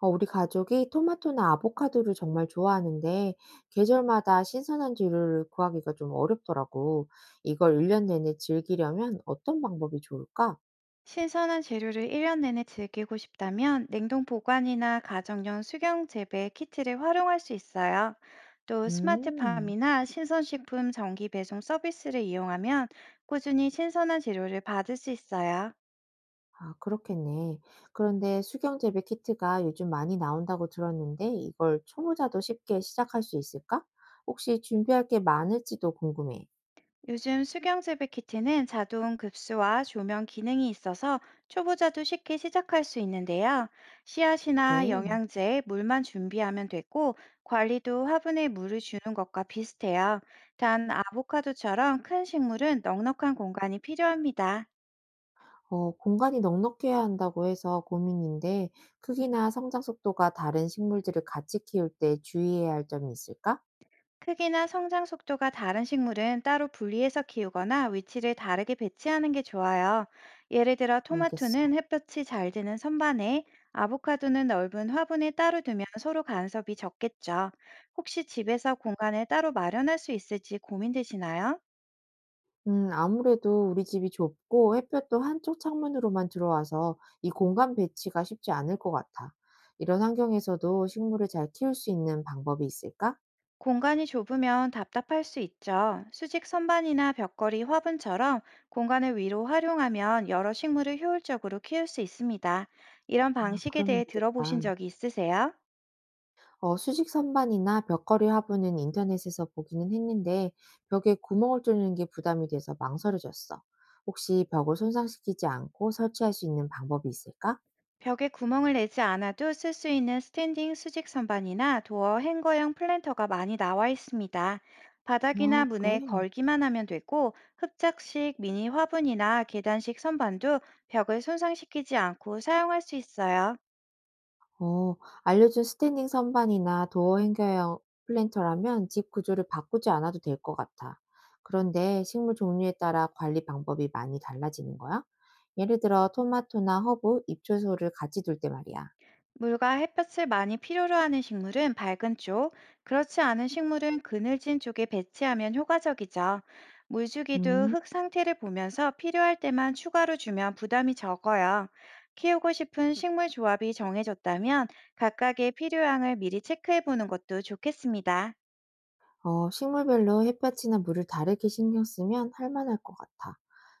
우리 가족이 토마토나 아보카도를 정말 좋아하는데 계절마다 신선한 재료를 구하기가 좀 어렵더라고. 이걸 1년 내내 즐기려면 어떤 방법이 좋을까? 신선한 재료를 1년 내내 즐기고 싶다면 냉동 보관이나 가정용 수경 재배 키트를 활용할 수 있어요. 또 음, 스마트팜이나 신선식품 정기 배송 서비스를 이용하면 꾸준히 신선한 재료를 받을 수 있어요. 아, 그렇겠네. 그런데 수경재배 키트가 요즘 많이 나온다고 들었는데 이걸 초보자도 쉽게 시작할 수 있을까? 혹시 준비할 게 많을지도 궁금해. 요즘 수경재배 키트는 자동 급수와 조명 기능이 있어서 초보자도 쉽게 시작할 수 있는데요. 씨앗이나 그래. 영양제, 물만 준비하면 되고 관리도 화분에 물을 주는 것과 비슷해요. 단 아보카도처럼 큰 식물은 넉넉한 공간이 필요합니다. 공간이 넉넉해야 한다고 해서 고민인데, 크기나 성장 속도가 다른 식물들을 같이 키울 때 주의해야 할 점이 있을까? 크기나 성장 속도가 다른 식물은 따로 분리해서 키우거나 위치를 다르게 배치하는 게 좋아요. 예를 들어 알겠어. 토마토는 햇볕이 잘 드는 선반에, 아보카도는 넓은 화분에 따로 두면 서로 간섭이 적겠죠. 혹시 집에서 공간을 따로 마련할 수 있을지 고민되시나요? 아무래도 우리 집이 좁고 햇볕도 한쪽 창문으로만 들어와서 이 공간 배치가 쉽지 않을 것 같아. 이런 환경에서도 식물을 잘 키울 수 있는 방법이 있을까? 공간이 좁으면 답답할 수 있죠. 수직 선반이나 벽걸이 화분처럼 공간을 위로 활용하면 여러 식물을 효율적으로 키울 수 있습니다. 이런 아, 방식에 그러면 대해 들어보신 되겠다. 적이 있으세요? 수직 선반이나 벽걸이 화분은 인터넷에서 보기는 했는데 벽에 구멍을 뚫는 게 부담이 돼서 망설여졌어. 혹시 벽을 손상시키지 않고 설치할 수 있는 방법이 있을까? 벽에 구멍을 내지 않아도 쓸 수 있는 스탠딩 수직 선반이나 도어 행거형 플랜터가 많이 나와 있습니다. 바닥이나 아, 그래? 문에 걸기만 하면 되고 흡착식 미니 화분이나 계단식 선반도 벽을 손상시키지 않고 사용할 수 있어요. 어, 알려준 스탠딩 선반이나 도어 행겨형 플랜터라면 집 구조를 바꾸지 않아도 될 것 같아. 그런데 식물 종류에 따라 관리 방법이 많이 달라지는 거야? 예를 들어 토마토나 허브, 잎초소를 같이 둘 때 말이야. 물과 햇볕을 많이 필요로 하는 식물은 밝은 쪽, 그렇지 않은 식물은 그늘진 쪽에 배치하면 효과적이죠. 물주기도 음. 흙 상태를 보면서 필요할 때만 추가로 주면 부담이 적어요. 키우고 싶은 식물 조합이 정해졌다면 각각의 필요량을 미리 체크해 보는 것도 좋겠습니다. 식물별로 햇볕이나 물을 다르게 신경 쓰면 할만할 것 같아.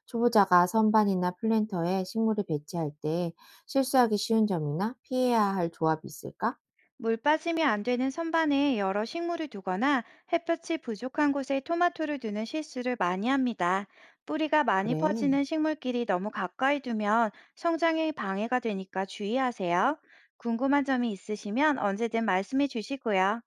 초보자가 선반이나 플랜터에 식물을 배치할 때 실수하기 쉬운 점이나 피해야 할 조합이 있을까? 물 빠짐이 안 되는 선반에 여러 식물을 두거나 햇볕이 부족한 곳에 토마토를 두는 실수를 많이 합니다. 뿌리가 많이 그래. 퍼지는 식물끼리 너무 가까이 두면 성장에 방해가 되니까 주의하세요. 궁금한 점이 있으시면 언제든 말씀해 주시고요.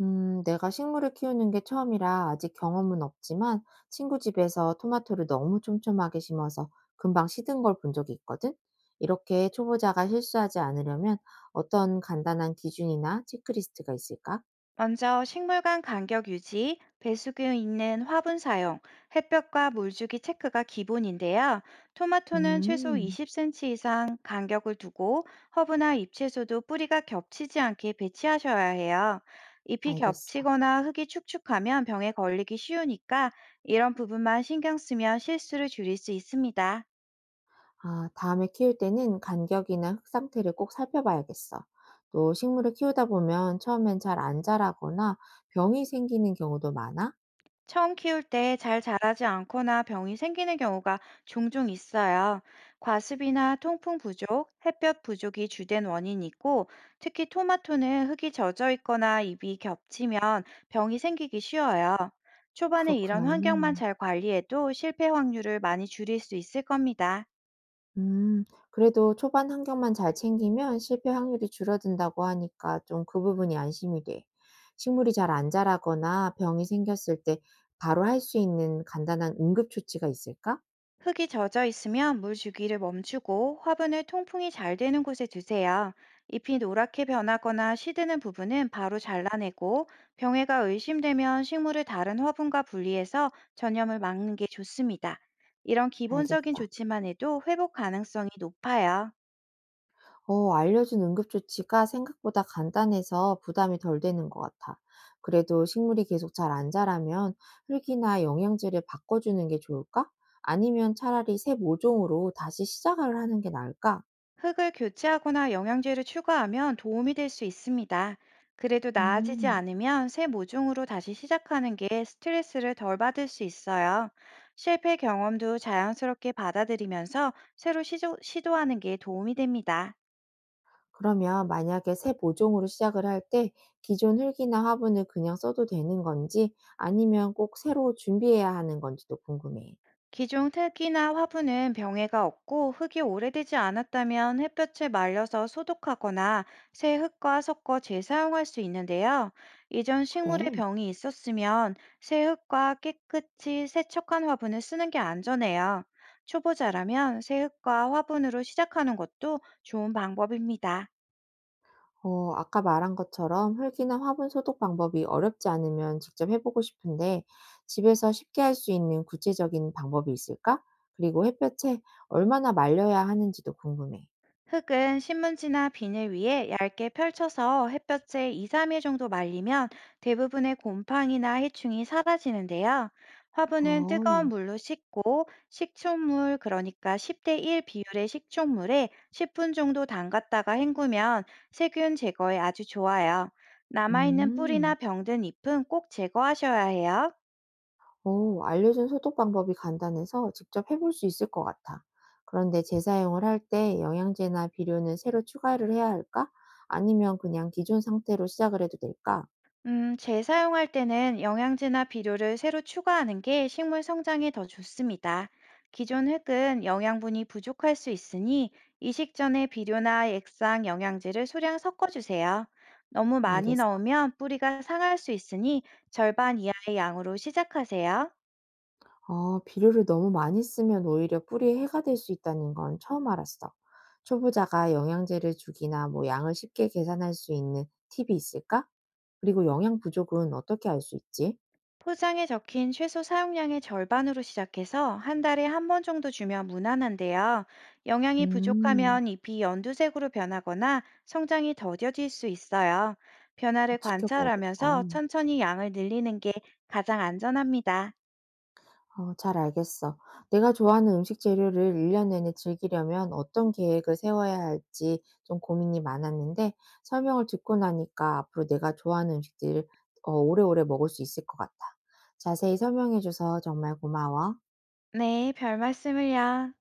내가 식물을 키우는 게 처음이라 아직 경험은 없지만 친구 집에서 토마토를 너무 촘촘하게 심어서 금방 시든 걸 본 적이 있거든. 이렇게 초보자가 실수하지 않으려면 어떤 간단한 기준이나 체크리스트가 있을까? 먼저 식물 간 간격 유지, 배수구 있는 화분 사용, 햇볕과 물주기 체크가 기본인데요. 토마토는 최소 음, 20cm 이상 간격을 두고 허브나 잎채소도 뿌리가 겹치지 않게 배치하셔야 해요. 잎이 알겠어. 겹치거나 흙이 축축하면 병에 걸리기 쉬우니까 이런 부분만 신경 쓰면 실수를 줄일 수 있습니다. 아, 다음에 키울 때는 간격이나 흙 상태를 꼭 살펴봐야겠어. 또 식물을 키우다 보면 처음엔 잘 안 자라거나 병이 생기는 경우도 많아? 처음 키울 때 잘 자라지 않거나 병이 생기는 경우가 종종 있어요. 과습이나 통풍 부족, 햇볕 부족이 주된 원인이고, 특히 토마토는 흙이 젖어 있거나 잎이 겹치면 병이 생기기 쉬워요. 초반에 이런 그렇구나. 환경만 잘 관리해도 실패 확률을 많이 줄일 수 있을 겁니다. 음, 그래도 초반 환경만 잘 챙기면 실패 확률이 줄어든다고 하니까 좀 그 부분이 안심이 돼. 식물이 잘 안 자라거나 병이 생겼을 때 바로 할 수 있는 간단한 응급 조치가 있을까? 흙이 젖어 있으면 물 주기를 멈추고 화분을 통풍이 잘 되는 곳에 두세요. 잎이 노랗게 변하거나 시드는 부분은 바로 잘라내고 병해가 의심되면 식물을 다른 화분과 분리해서 전염을 막는 게 좋습니다. 이런 기본적인 알겠어. 조치만 해도 회복 가능성이 높아요. 알려준 응급조치가 생각보다 간단해서 부담이 덜 되는 것 같아. 그래도 식물이 계속 잘 안 자라면 흙이나 영양제를 바꿔주는 게 좋을까? 아니면 차라리 새 모종으로 다시 시작을 하는 게 나을까? 흙을 교체하거나 영양제를 추가하면 도움이 될 수 있습니다. 그래도 나아지지 음, 않으면 새 모종으로 다시 시작하는 게 스트레스를 덜 받을 수 있어요. 실패 경험도 자연스럽게 받아들이면서 새로 시도하는 게 도움이 됩니다. 그러면 만약에 새 모종으로 시작을 할 때 기존 흙이나 화분을 그냥 써도 되는 건지 아니면 꼭 새로 준비해야 하는 건지도 궁금해. 기존 틀이나 화분은 병해가 없고 흙이 오래되지 않았다면 햇볕에 말려서 소독하거나 새 흙과 섞어 재사용할 수 있는데요. 이전 식물의 그래. 병이 있었으면 새 흙과 깨끗이 세척한 화분을 쓰는 게 안전해요. 초보자라면 새 흙과 화분으로 시작하는 것도 좋은 방법입니다. 아까 말한 것처럼 흙이나 화분 소독 방법이 어렵지 않으면 직접 해보고 싶은데 집에서 쉽게 할 수 있는 구체적인 방법이 있을까? 그리고 햇볕에 얼마나 말려야 하는지도 궁금해. 흙은 신문지나 비닐 위에 얇게 펼쳐서 햇볕에 2, 3일 정도 말리면 대부분의 곰팡이나 해충이 사라지는데요. 화분은 어, 뜨거운 물로 씻고 식초물, 그러니까 10대 1 비율의 식초물에 10분 정도 담갔다가 헹구면 세균 제거에 아주 좋아요. 남아있는 뿌리나 음, 병든 잎은 꼭 제거하셔야 해요. 오, 알려준 소독 방법이 간단해서 직접 해볼 수 있을 것 같아. 그런데 재사용을 할 때 영양제나 비료는 새로 추가를 해야 할까? 아니면 그냥 기존 상태로 시작을 해도 될까? 재사용할 때는 영양제나 비료를 새로 추가하는 게 식물 성장에 더 좋습니다. 기존 흙은 영양분이 부족할 수 있으니 이식 전에 비료나 액상 영양제를 소량 섞어주세요. 너무 많이 알겠어. 넣으면 뿌리가 상할 수 있으니 절반 이하의 양으로 시작하세요. 아, 비료를 너무 많이 쓰면 오히려 뿌리에 해가 될 수 있다는 건 처음 알았어. 초보자가 영양제를 주기나 뭐 양을 쉽게 계산할 수 있는 팁이 있을까? 그리고 영양 부족은 어떻게 알 수 있지? 포장에 적힌 최소 사용량의 절반으로 시작해서 한 달에 한 번 정도 주면 무난한데요. 영양이 음, 부족하면 잎이 연두색으로 변하거나 성장이 더뎌질 수 있어요. 어, 변화를 관찰하면서 지켜봐야겠다. 천천히 양을 늘리는 게 가장 안전합니다. 어 잘 알겠어. 내가 좋아하는 음식 재료를 1년 내내 즐기려면 어떤 계획을 세워야 할지 좀 고민이 많았는데 설명을 듣고 나니까 앞으로 내가 좋아하는 음식들을 어 오래오래 먹을 수 있을 것 같아. 자세히 설명해 줘서 정말 고마워. 네, 별 말씀을요.